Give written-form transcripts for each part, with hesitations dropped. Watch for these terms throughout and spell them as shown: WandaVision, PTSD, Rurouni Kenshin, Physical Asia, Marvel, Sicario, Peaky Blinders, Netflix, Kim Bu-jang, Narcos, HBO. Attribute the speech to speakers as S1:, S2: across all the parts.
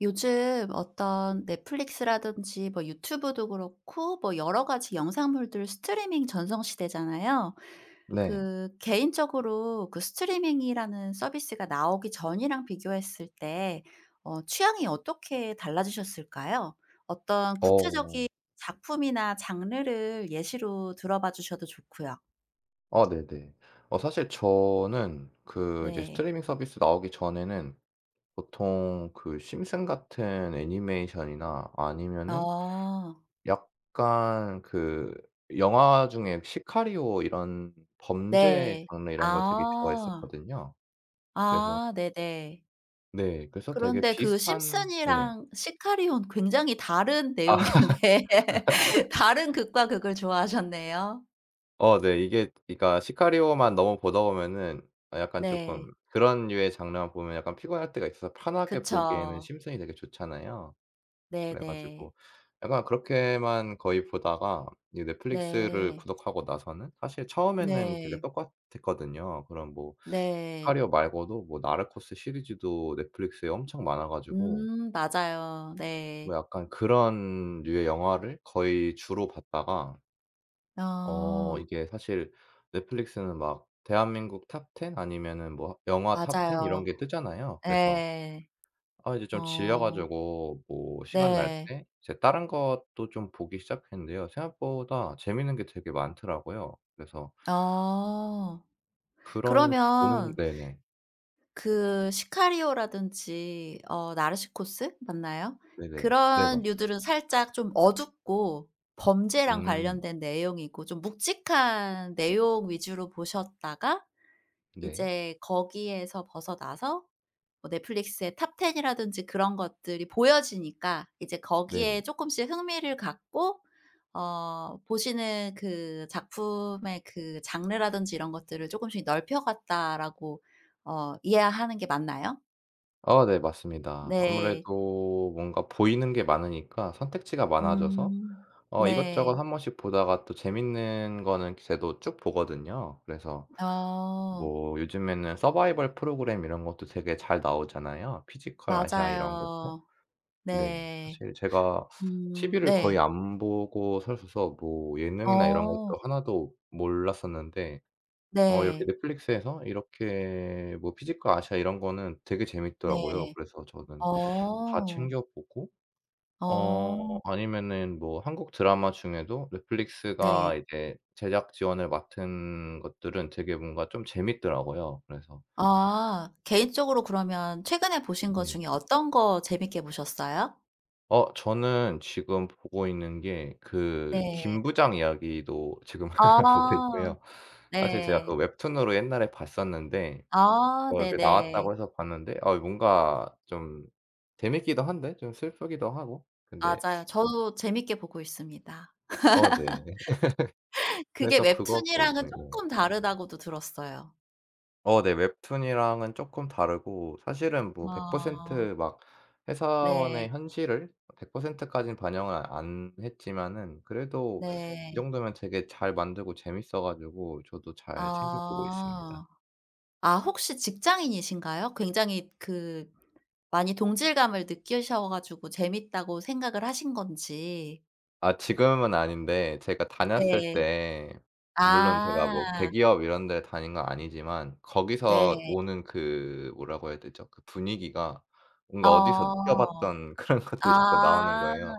S1: 요즘 어떤 넷플릭스라든지 뭐 유튜브도 그렇고 뭐 여러 가지 영상물들 스트리밍 전성 시대잖아요.
S2: 네.
S1: 그 개인적으로 그 스트리밍이라는 서비스가 나오기 전이랑 비교했을 때 어 취향이 어떻게 달라지셨을까요? 어떤
S2: 어.
S1: 구체적인 작품이나 장르를 예시로 들어봐 주셔도 좋고요.
S2: 아 네네. 사실 저는 그 이제
S1: 네.
S2: 스트리밍 서비스 나오기 전에는 보통 그 심슨 같은 애니메이션이나 아니면은
S1: 어.
S2: 약간 그 영화 중에 시카리오 이런 범죄
S1: 네.
S2: 장르 이런 걸 되게
S1: 아.
S2: 좋아했었거든요. 그래서,
S1: 아 네네.
S2: 네, 그래서 되게
S1: 그런데 그
S2: 비슷한. 네.
S1: 심슨이랑 시카리온 굉장히 다른
S2: 아,
S1: 내용인데 다른 극과 극을 좋아하셨네요.
S2: 어 네. 이게 그러니까 시카리오만 너무 보다 보면은 아 약간
S1: 네.
S2: 쪼끔 그런 류의 장르만 보면 약간 피곤할 때가 있어서 편하게 보기에는
S1: 그쵸.
S2: 심성이 되게 좋잖아요. 그래
S1: 네네.
S2: 가지고 약간 그렇게만 거의 보다가 이 넷플릭스를
S1: 네.
S2: 구독하고 나서는 사실 처음에는 되게
S1: 네.
S2: 똑같았거든요. 그런, 뭐
S1: 네.
S2: 시카리오 말고도 뭐 나르코스 시리즈도 넷플릭스에 엄청 많아 가지고
S1: 맞아요.
S2: 뭐
S1: 네.
S2: 약간 그런 류의 영화를 거의 주로 봤다가
S1: 어
S2: 이게 사실 넷플릭스는 막 대한민국 탑10 아니면은 뭐 영화 탑10 이런
S1: 맞아요.
S2: 게 뜨잖아요. 그래서
S1: 예.
S2: 아 이제 좀 질려
S1: 어
S2: 가지고 뭐 시간 날
S1: 네.
S2: 때 이제 다른 것도 좀 보기 시작했는데요. 생각보다 재밌는 게 되게 많더라고요. 그래서
S1: 어.
S2: 그런 보는.
S1: 그러면
S2: 네네.
S1: 그 시카리오라든지 어 나르시코스 맞나요?
S2: 네네. 네
S1: 그런
S2: 맞습
S1: 류들은 살짝 좀 어둡고 범죄랑
S2: 음
S1: 관련된 내용이고 좀 묵직한 내용 위주로 보셨다가
S2: 네.
S1: 이제 거기에서 벗어나서 뭐 넷플릭스의 탑10 이라든지 그런 것들이 보여지니까 이제
S2: 네네.
S1: 거기에 조금씩 흥미를 갖고 어 보시는 그 작품의 그 장르라든지 이런 것들을 조금씩 넓혀 갔다라고 어 이해하는 게 맞나요?
S2: 아 네 맞습니다.
S1: 네.
S2: 아무래도 뭔가 보이는 게 많으니까 선택지가 많아져서
S1: 음.
S2: 이것저것
S1: 네.
S2: 1번씩 보다가 또 재밌는 거는 제도 쭉 보거든요. 그래서
S1: 어.
S2: 뭐 요즘에는 서바이벌 프로그램 이런 것도 되게 잘 나오잖아요. 피지컬 아시아 이런 것도.
S1: 맞아요.
S2: 네.
S1: 네.
S2: 사실 제가 TV를 거의
S1: 네.
S2: 안 보고 살아서 뭐 예능이나 이런 것도
S1: 어.
S2: 하나도 몰랐었는데 이렇게
S1: 네.
S2: 넷플릭스에서 이렇게 뭐 피지컬 아시아 이런 거는 되게 재밌더라고요.
S1: 네.
S2: 그래서 저는
S1: 어.
S2: 다 챙겨 보고,
S1: 어.
S2: 아니면은 뭐 한국 드라마 중에도 넷플릭스가
S1: 네.
S2: 이제 제작 지원을 맡은 것들은 되게 뭔가 좀 재밌더라고요. 그래서
S1: 아. 개인적으로 그러면 최근에 보신 것
S2: 네.
S1: 중에 어떤 거 재밌게 보셨어요?
S2: 저는 지금 보고 있는 게 그
S1: 네.
S2: 김부장 이야기도 지금 보고
S1: 아.
S2: 있고요. 사실 제가 그
S1: 네.
S2: 웹툰으로 옛날에 봤었는데
S1: 아
S2: 이게
S1: 네네.
S2: 나왔다고 해서 봤는데 뭔가 좀 재밌기도 한데 좀 슬프기도 하고. 근데
S1: 맞아요. 저도 재밌게 보고 있습니다.
S2: 어 네.
S1: 그게
S2: 그래서 그거
S1: 웹툰이랑은
S2: 보고 예.
S1: 조금 다르다고도 들었어요.
S2: 어 네. 웹툰이랑은 쪼끔 다르고 사실은 뭐
S1: 아.
S2: 100% 막
S1: 네.
S2: 회사원의 현실을 100% 까진 반영을 안 했지만은, 그래도 이
S1: 네.
S2: 정도면 되게 잘 만들고 재밌어 가지고 저도 잘 챙겨 보고 있습니다.
S1: 아. 아 혹시 직장인이신가요? 굉장히 그 많이 동질감을 느끼셔 가지고 재밌다고 생각을 하신 건지.
S2: 아 지금은 아닌데 제가 다녔을
S1: 네.
S2: 때, 물론 제가
S1: 아.
S2: 뭐 대기업 이런 데 다닌 건 아니지만 거기서
S1: 네.
S2: 오는 그, 뭐라고 해야 되죠? 그 분위기가 뭔가 어디서 느껴
S1: 어.
S2: 봤던 그런 것들이 자꾸 나오는
S1: 아.
S2: 거예요.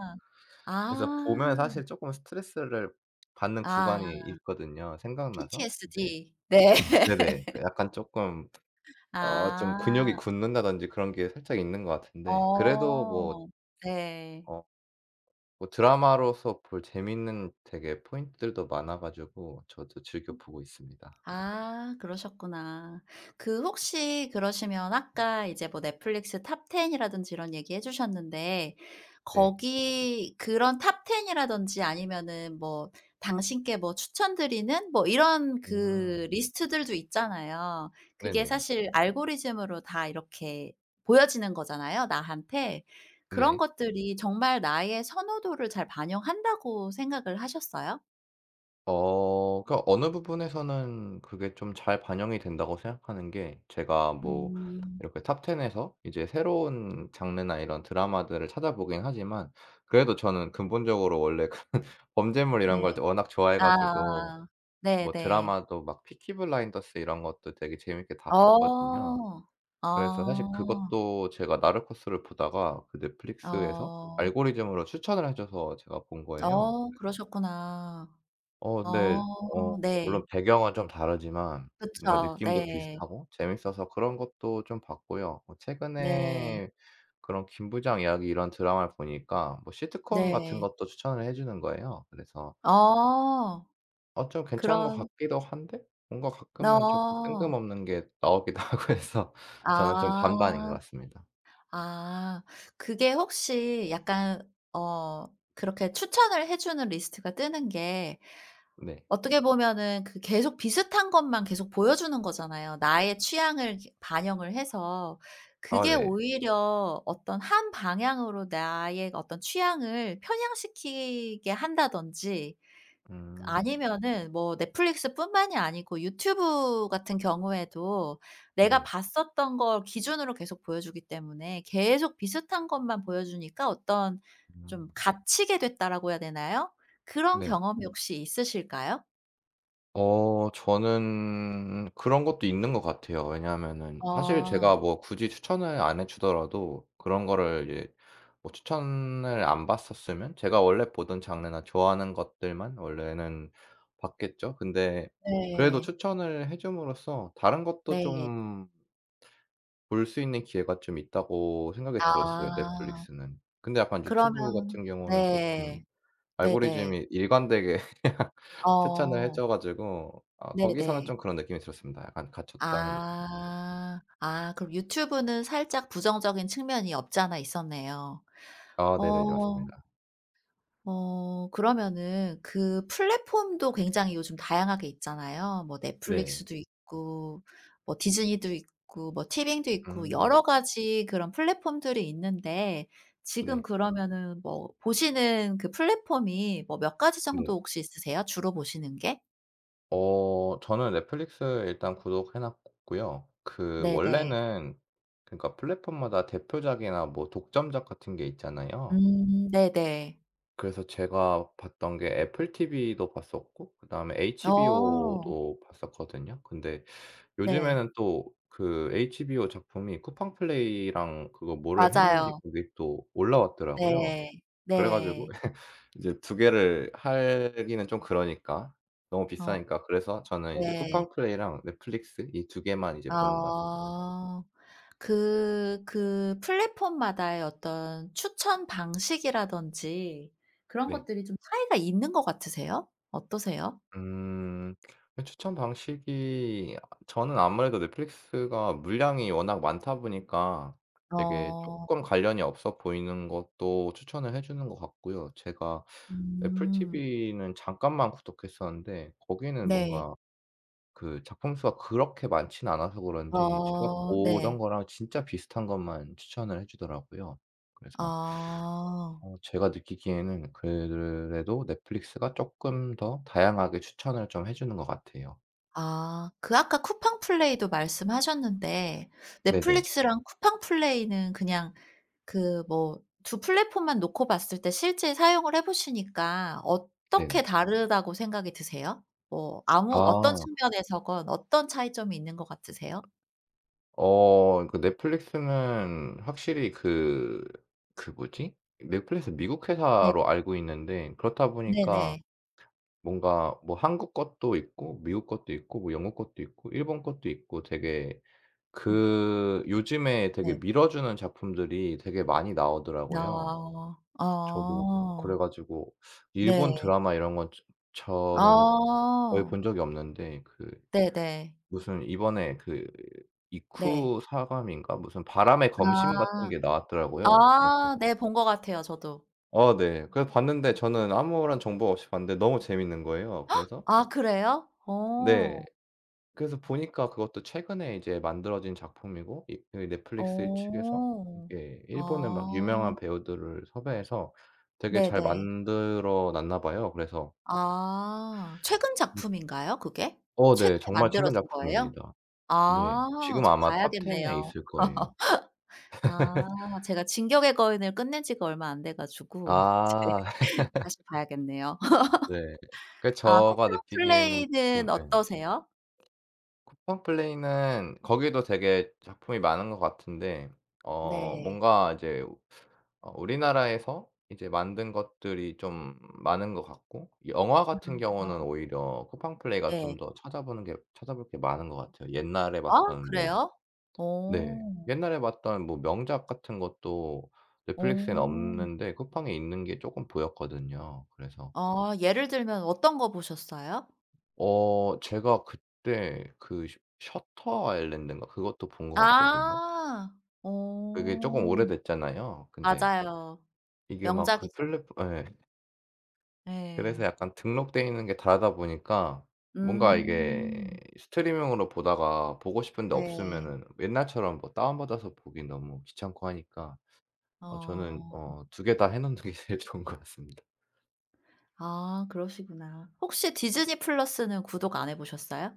S2: 그래서 보면
S1: 아.
S2: 사실 쪼끔 스트레스를 받는 구간이
S1: 아.
S2: 있거든요, 생각나서. 네.
S1: PTSD. 네.
S2: 네네. 그 약간 쪼끔 좀 근육이
S1: 아.
S2: 굳는다든지 그런 게 살짝 있는 것 같은데, 그래도 뭐
S1: 어. 네.
S2: 어 뭐 드라마로서 볼 재밌는 되게 포인트들도 많아 가지고 저도 즐겨 보고 있습니다.
S1: 아 그러셨구나. 그 혹시 그러시면 아까 이제 뭐 넷플릭스 탑10 이라든지 이런 얘기해 주셨는데
S2: 네.
S1: 거기 그런 탑10 이라든지 아니면은 뭐 당신께 뭐 추천드리는 뭐 이런
S2: 음.
S1: 그 리스트들도 있잖아요. 그게
S2: 네네.
S1: 사실 알고리즘으로 다 이렇게 보여지는 거잖아요, 나한테. 그런
S2: 네.
S1: 것들이 정말 나의 선호도를 잘 반영한다고 생각을 하셨어요?
S2: 그 어느 부분에서는 그게 좀 잘 반영이 된다고 생각하는 게, 제가 뭐
S1: 음.
S2: 이렇게 탑 10 에서 이제 새로운 장르나 이런 드라마들을 찾아보긴 하지만, 그래도 저는 근본적으로 원래 범죄물 이런
S1: 네.
S2: 걸 워낙 좋아해 가지고
S1: 아.
S2: 뭐
S1: 네네.
S2: 드라마도 막 피키 블라인더스 이런 것도 되게 재밌게 다
S1: 어.
S2: 봤거든요. 그래서 사실
S1: 아.
S2: 그것도 제가 나르코스를 보다가 그 넷플릭스에서
S1: 어.
S2: 알고리즘으로 추천을 해 줘서 제가 본 거예요.
S1: 어 그러셨구나.
S2: 어 네. 어
S1: 어 네.
S2: 물론 배경은 좀 다르지만 뭔가
S1: 그쵸.
S2: 느낌도
S1: 네.
S2: 비슷하고 재밌어서 그런 것도 좀 봤고요. 뭐
S1: 네.
S2: 최근에 그런 김부장 이야기 이런 드라마를 보니까 뭐 시트콤 같은
S1: 네.
S2: 것도 추천을 해 주는 거예요. 그래서
S1: 어.
S2: 좀 괜찮은 것
S1: 그런
S2: 같기도 한데 뭔가 가끔은 조금
S1: 어.
S2: 뜬금없는 게 나오기도 하고 해서 저는 좀 반반인 것
S1: 아.
S2: 같습니다.
S1: 아. 그게 혹시 약간 어 그렇게 추천을 해 주는 리스트가 뜨는 게
S2: 네.
S1: 어떻게 보면은 그 계속 비슷한 것만 계속 보여주는 거잖아요. 나의 취향을 이렇게 반영을 해서
S2: 아
S1: 그게
S2: 네.
S1: 오히려 어떤 한 방향으로 나의 어떤 취향을 편향시키게 한다든지
S2: 음.
S1: 아니면은 뭐 넷플릭스뿐만이 아니고 유튜브 같은 경우에도 내가
S2: 네.
S1: 봤었던 걸 기준으로 계속 보여주기 때문에 계속 비슷한 것만 보여주니까 어떤
S2: 음.
S1: 좀 '갇히게 됐다.'라고 해야 되나요? 그런
S2: 네.
S1: 경험이 혹시 있으실까요?
S2: 저는 그런 것도 있는 것 같아요. 왜냐하면은 사실
S1: 아
S2: 제가 뭐 굳이 추천을 안 해 주더라도 그런 거를 이제, 뭐 추천을 안 받았으면 제가 원래 보던 장르나 좋아하는 것들만 원래는 봤겠죠. 근데 그래도
S1: 네.
S2: 추천을 해 줌으로써 다른 것도
S1: 네.
S2: 좀 볼 수 있는 기회가 좀 있다고 생각이 들었어요,
S1: 아.
S2: 넷플릭스는. 근데 약간 유튜브
S1: 그러면
S2: 같은 경우는 쪼끔
S1: 네. 네네.
S2: 알고리즘이 일관되게 추천을 해
S1: 어.
S2: 줘 가지고 아, 거기서는 좀
S1: 네네.
S2: 그런 느낌이 들었습니다. 약간 갇혔다는 느
S1: 아. 아 그럼 유튜브는 살짝 부정적인 측면이 없지 않아 있었네요.
S2: 아 네네네.
S1: 어.
S2: 맞습니다.
S1: 어 그러면은 그 플랫폼도 굉장히 요즘 다양하게 있잖아요. 뭐
S2: 네.
S1: 넷플릭스도 있고 뭐 디즈니도 있고 뭐 티빙도 있고
S2: 음.
S1: 여러 가지 그런 플랫폼들이 있는데 지금
S2: 네.
S1: 그러면은 뭐 보시는 그 플랫폼이 뭐 몇 가지 정도
S2: 네.
S1: 혹시 있으세요? 주로 보시는 게?
S2: 저는 넷플릭스 일단 구독해 놨고요. 그
S1: 네네.
S2: 원래는, 그러니까 플랫폼마다 대표작이나 뭐 독점작 같은 게 있잖아요.
S1: 네네.
S2: 그래서 제가 봤던 게 애플 TV도 봤었고 그다음에
S1: 어
S2: HBO도 봤었거든요. 근데
S1: 네.
S2: 요즘에는 또 그 HBO 작품이 쿠팡 플레이랑 그거 뭐를 했는지
S1: 맞아요.
S2: 그게 또 올라왔더라고요.
S1: 네.
S2: 그래 가지고
S1: 네.
S2: 이제 2개를 하기는 좀 그러니까, 너무
S1: 어
S2: 비싸니까. 그래서 저는 이제
S1: 네.
S2: 쿠팡 플레이랑 넷플릭스 이 2개만 이제 보는 것 같습니다.
S1: 어. 그 그 플랫폼마다의 어떤 추천 방식이라든지 그런
S2: 네.
S1: 것들이 좀 차이가 있는 것 같으세요? 어떠세요?
S2: 음. 그 추천 방식이, 저는 아무래도 넷플릭스가 물량이 워낙 많다 보니까 되게
S1: 어.
S2: 쪼끔 관련이 없어 보이는 것도 추천을 해 주는 것 같고요. 제가 애플
S1: 음.
S2: TV는 잠깐만 구독했었는데 거기는
S1: 네.
S2: 뭔가 그 작품 수가 그렇게 많진 않아서 그런지 제가
S1: 어
S2: 보던
S1: 네.
S2: 거랑 진짜 비슷한 것만 추천을 해 주더라고요. 그래서
S1: 어.
S2: 제가 느끼기에는 그래도 넷플릭스가 쪼끔 더 다양하게 추천을 좀 해 주는 것 같아요.
S1: 아 그 아까 쿠팡 플레이도 말씀하셨는데
S2: 네네.
S1: 넷플릭스랑 쿠팡 플레이는 그냥 그 뭐 두 플랫폼만 놓고 봤을 때 실제 사용을 해 보시니까
S2: 네네.
S1: 어떻게 다르다고 생각이 드세요? 뭐 아무 어떤
S2: 아.
S1: 측면에서건 어떤 차이점이 있는 것 같으세요?
S2: 그 넷플릭스는 확실히 그 뭐지? 넷플릭스 미국
S1: 네.
S2: 회사로 알고 있는데, 그렇다 보니까
S1: 네네.
S2: 뭔가 뭐 한국 것도 있고 미국 것도 있고 뭐 영국 것도 있고 일본 것도 있고, 되게
S1: 음
S2: 그 요즘에 되게
S1: 네.
S2: 밀어주는 작품들이 되게 많이 나오더라고요.
S1: 아.
S2: 저도 그래
S1: 아.
S2: 가지고
S1: 네.
S2: 일본 드라마 이런 건 저는 거의
S1: 아.
S2: 본 적이 없는데, 그
S1: 네네.
S2: 무슨 이번에 그
S1: 네.
S2: 이쿠 사감인가 무슨 바람의 검심 같은
S1: 아.
S2: 게 나왔더라고요. 그래서
S1: 아 네. 본 것 같아요 저도.
S2: 어 네. 그래서 봤는데 저는 아무런 정보가 없이 봤는데 너무 재밌는 거예요. 그래서
S1: 아 그래요? 어.
S2: 네. 그래서 보니까 그것도 최근에 이제 만들어진 작품이고, 이 그 넷플릭스 측에서
S1: 어.
S2: 이게 일본의 막
S1: 아.
S2: 유명한 배우들을 섭외해서 되게 잘
S1: 네네.
S2: 만들어 놨나 봐요. 그래서
S1: 아. 최근 작품인가요 그게?
S2: 어 네.
S1: 최근에
S2: 정말 최근
S1: 만들어진 거예요?
S2: 작품입니다. 네.
S1: 아
S2: 지금
S1: 저
S2: 아마 톱 10에
S1: 봐야겠네요.
S2: 있을 거예요.
S1: 아 제가 진격의 거인을 끝낸 지가 얼마 안 돼 가지고 이제
S2: 아
S1: 다시 봐야겠네요.
S2: 네. 그
S1: 아 쿠팡
S2: 제가 느끼기에는 쪼끔,
S1: 플레이는
S2: 예.
S1: 어떠세요?
S2: 쿠팡 플레이는 거기도 되게 작품이 많은 것 같은데
S1: 네.
S2: 뭔가 이제 우리나라에서 이제 만든 것들이 좀 많은 것 같고, 영화 같은 경우는
S1: 아
S2: 오히려 쿠팡 플레이가
S1: 네.
S2: 좀 더 찾아보는 게 찾아볼 게 많은 것 같아요. 옛날에
S1: 아
S2: 봤던 뭐,
S1: 그래요?
S2: 네.
S1: 어.
S2: 옛날에 봤던 뭐 명작 같은 것도 넷플릭스에는
S1: 어.
S2: 없는데 쿠팡에 있는 게 쪼끔 보였거든요. 그래서
S1: 아 예를 들면 어떤 거 보셨어요?
S2: 제가 그때 그 셔 셔터 아일랜드인가 그것도 본 것 같거든요.
S1: 아.
S2: 그게 쪼끔
S1: 어.
S2: 오래됐잖아요. 근데
S1: 맞아요.
S2: 이게 막 그
S1: 명작이죠.
S2: 플랫포 예. 그래서
S1: 예.
S2: 약간 등록돼 있는 게 다르다 보니까, 뭔가 이게
S1: 음.
S2: 스트리밍으로 보다가 보고 싶은데
S1: 네.
S2: 없으면은 옛날처럼 뭐 다운받아서 보기 너무 귀찮고 하니까
S1: 어.
S2: 저는 2개 다 해 놓는 게 제일 좋은 것 같습니다.
S1: 아 그러시구나. 혹시 디즈니 플러스는 구독 안 해 보셨어요?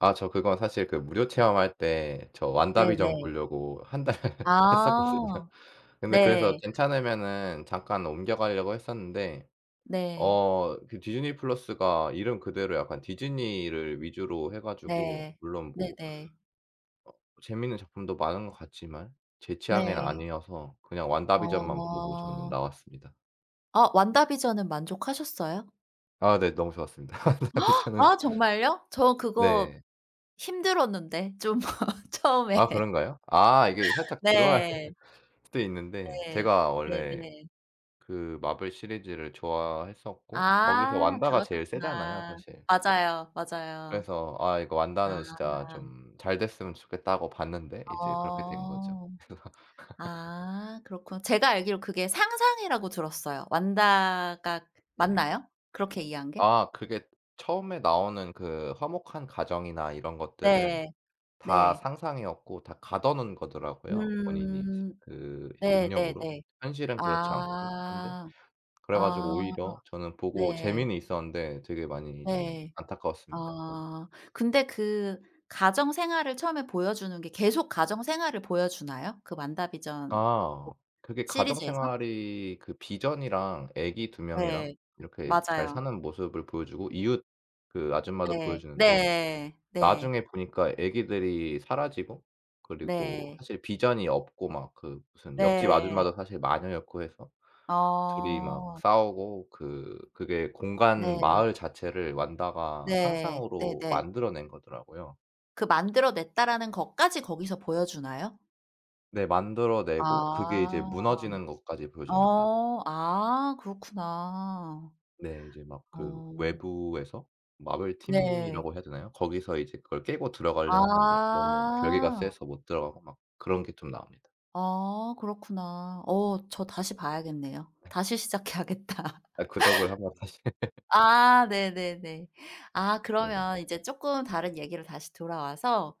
S2: 아 저 그건 사실 그 무료 체험할 때 저 완다비전
S1: 네네.
S2: 보려고 1달 했었거든요.
S1: 아.
S2: 근데 그래서
S1: 네.
S2: 괜찮으면은 잠깐 옮겨가려고 했었는데
S1: 네.
S2: 그 디즈니 플러스가 이름 그대로 약간 디즈니를 위주로 해 가지고,
S1: 네.
S2: 물론 뭐
S1: 네네.
S2: 어 재밌는 작품도 많은 것 같지만 제 취향엔
S1: 네.
S2: 아니어서 그냥 완다비전만 보고 저는
S1: 어.
S2: 나왔습니다.
S1: 아 완다비전은 만족하셨어요?
S2: 아 네. 너무 좋았습니다. 완다비전은.
S1: 아 정말요? 저 그거
S2: 네.
S1: 힘들었는데 좀
S2: 아
S1: 처음에.
S2: 그런가요? 아 이게 살짝 들어할
S1: 네.
S2: 수도 있는데
S1: 네.
S2: 제가 원래
S1: 네네.
S2: 그 마블 시리즈를 좋아했었고 거기서
S1: 아
S2: 완다가 제일 세잖아요,
S1: 그러셨구나.
S2: 사실.
S1: 맞아요, 맞아요.
S2: 그래서 "아 이거
S1: 아.
S2: 완다는 진짜 좀 잘 됐으면 좋겠다." 고 봤는데 이제 그렇게 된 거죠.
S1: 어. 아 그렇구나. 제가 알기로 그게 상상이라고 들었어요. 완다가
S2: 네.
S1: 맞나요? 그렇게 이해한 게?
S2: 아 그게 처음에 나오는 그 화목한 가정이나 이런 것들은
S1: 네. 음.
S2: 다
S1: 네.
S2: 상상이었고 다 가둬 놓은 거더라고요, 본인이
S1: 음.
S2: 그 능력으로.
S1: 네네네.
S2: 현실은 그렇지 않고. 근데
S1: 아.
S2: 그래 가지고
S1: 아.
S2: 오히려 저는 보고
S1: 네.
S2: 재미는 있었는데 되게 많이 좀
S1: 네.
S2: 안타까웠습니다.
S1: 아. 근데 그 가정 생활을 처음에 보여주는 게 계속 가정 생활을 보여주나요? 그 완다비전
S2: 아
S1: 뭐
S2: 그게 가정
S1: 시리즈에서?
S2: 생활이, 그 비전이랑 애기 2명이랑
S1: 네.
S2: 이렇게 잘
S1: 맞아요.
S2: 사는 모습을 보여주고, 이웃 그 아줌마도
S1: 네.
S2: 보여주는데,
S1: 네. 네.
S2: 나중에 보니까 애기들이 사라지고, 그리고
S1: 네.
S2: 사실 비전이 없고 막 그 무슨 옆집
S1: 네.
S2: 아줌마도 사실 마녀였고 해서 둘이 막
S1: 어.
S2: 싸우고, 그게 공간
S1: 네.
S2: 마을 자체를 완다가
S1: 네.
S2: 상상으로
S1: 네네.
S2: 만들어낸 거더라고요.
S1: 그 만들어 냈다라는 것까지 거기서 보여주나요?
S2: 네. 만들어내고 그게
S1: 아.
S2: 이제 무너지는 것까지 보여줍니다.
S1: 어. 아 그렇구나.
S2: 네. 이제 막 그
S1: 어.
S2: 외부에서 마블
S1: 네.
S2: 팀이라고 해야 되나요? 거기서 이제 그걸 깨고 들어가려 하는데 너무 결계가
S1: 아.
S2: 세서 못 들어가고 막 그런 게 좀 나옵니다.
S1: 아 그렇구나. 어 저 다시 봐야겠네요.
S2: 네.
S1: 다시 시작해야겠다.
S2: 아 그 덕을 한번 사실
S1: 아 네네네. 아
S2: 네네.
S1: 그러면 이제 쪼끔 다른 얘기로 다시 돌아와서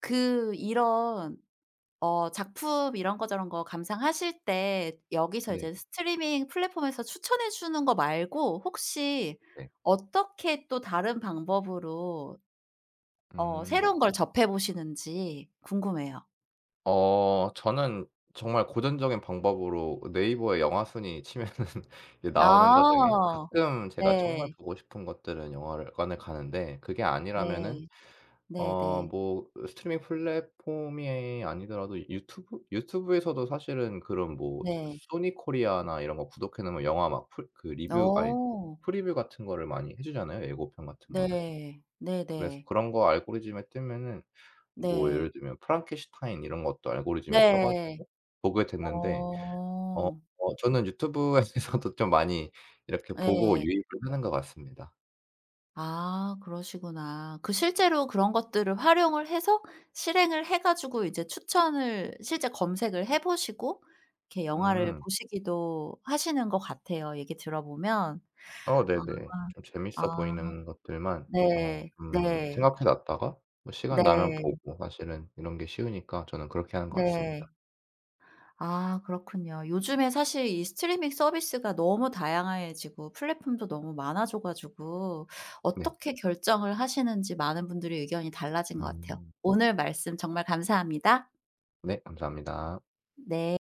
S1: 그 이런 어 작품 이런 거 저런 거 감상하실 때 여기서
S2: 네.
S1: 이제 스트리밍 플랫폼에서 추천해 주는 거 말고 혹시
S2: 네.
S1: 어떻게 또 다른 방법으로 어
S2: 음.
S1: 새로운 걸 접해 보시는지 궁금해요.
S2: 저는 정말 고전적인 방법으로 네이버에 영화 순위 치면은 이제 나오는 것 중에,
S1: 아.
S2: 가끔 제가 정말
S1: 네.
S2: 보고 싶은 것들은 영화관을 가는데, 그게 아니라면은
S1: 네. 네네.
S2: 뭐 스트리밍 플랫폼이 아니더라도 유튜브? 유튜브에서도 사실은 그런 뭐 저
S1: 네.
S2: 소니 코리아나 이런 거 구독해 놓으면 영화 막 풀 그 리뷰 아니 그
S1: 어.
S2: 프리뷰 같은 거를 많이 해 주잖아요, 예고편 같은 거를.
S1: 네.
S2: 그래서
S1: 네네.
S2: 그런 거 알고리즘에 뜨면은 뭐
S1: 네.
S2: 예를 들면 프랑켄슈타인 이런 것도 알고리즘에 떠
S1: 네.
S2: 가지고 보게 됐는데 어
S1: 어.
S2: 저는 유튜브에서도 좀 많이 이렇게 보고
S1: 예.
S2: 유입을 하는 것 같습니다.
S1: 아 그러시구나. 그 실제로 그런 것들을 활용을 해서 실행을 해 가지고 이제 추천을 실제 검색을 해 보시고 이렇게 영화를
S2: 음.
S1: 보시기도 하시는 것 같아요, 얘기 들어보면.
S2: 어
S1: 아
S2: 네네. 좀 재밌어
S1: 아
S2: 보이는 것들만
S1: 네.
S2: 좀
S1: 네.
S2: 생각해 놨다가 뭐 시간 나면
S1: 네.
S2: 보고. 사실은 이런 게 쉬우니까 저는 그렇게 하는 것 같습니다.
S1: 네. 아 그렇군요. 요즘에 사실 이 스트리밍 서비스가 너무 다양해지고 플랫폼도 너무 많아져 가지고
S2: 네.
S1: 어떻게 결정을 하시는지 많은 분들의 의견이 달라진 것 같아요.
S2: 음.
S1: 오늘 말씀 정말 감사합니다.
S2: 네 감사합니다.
S1: 네.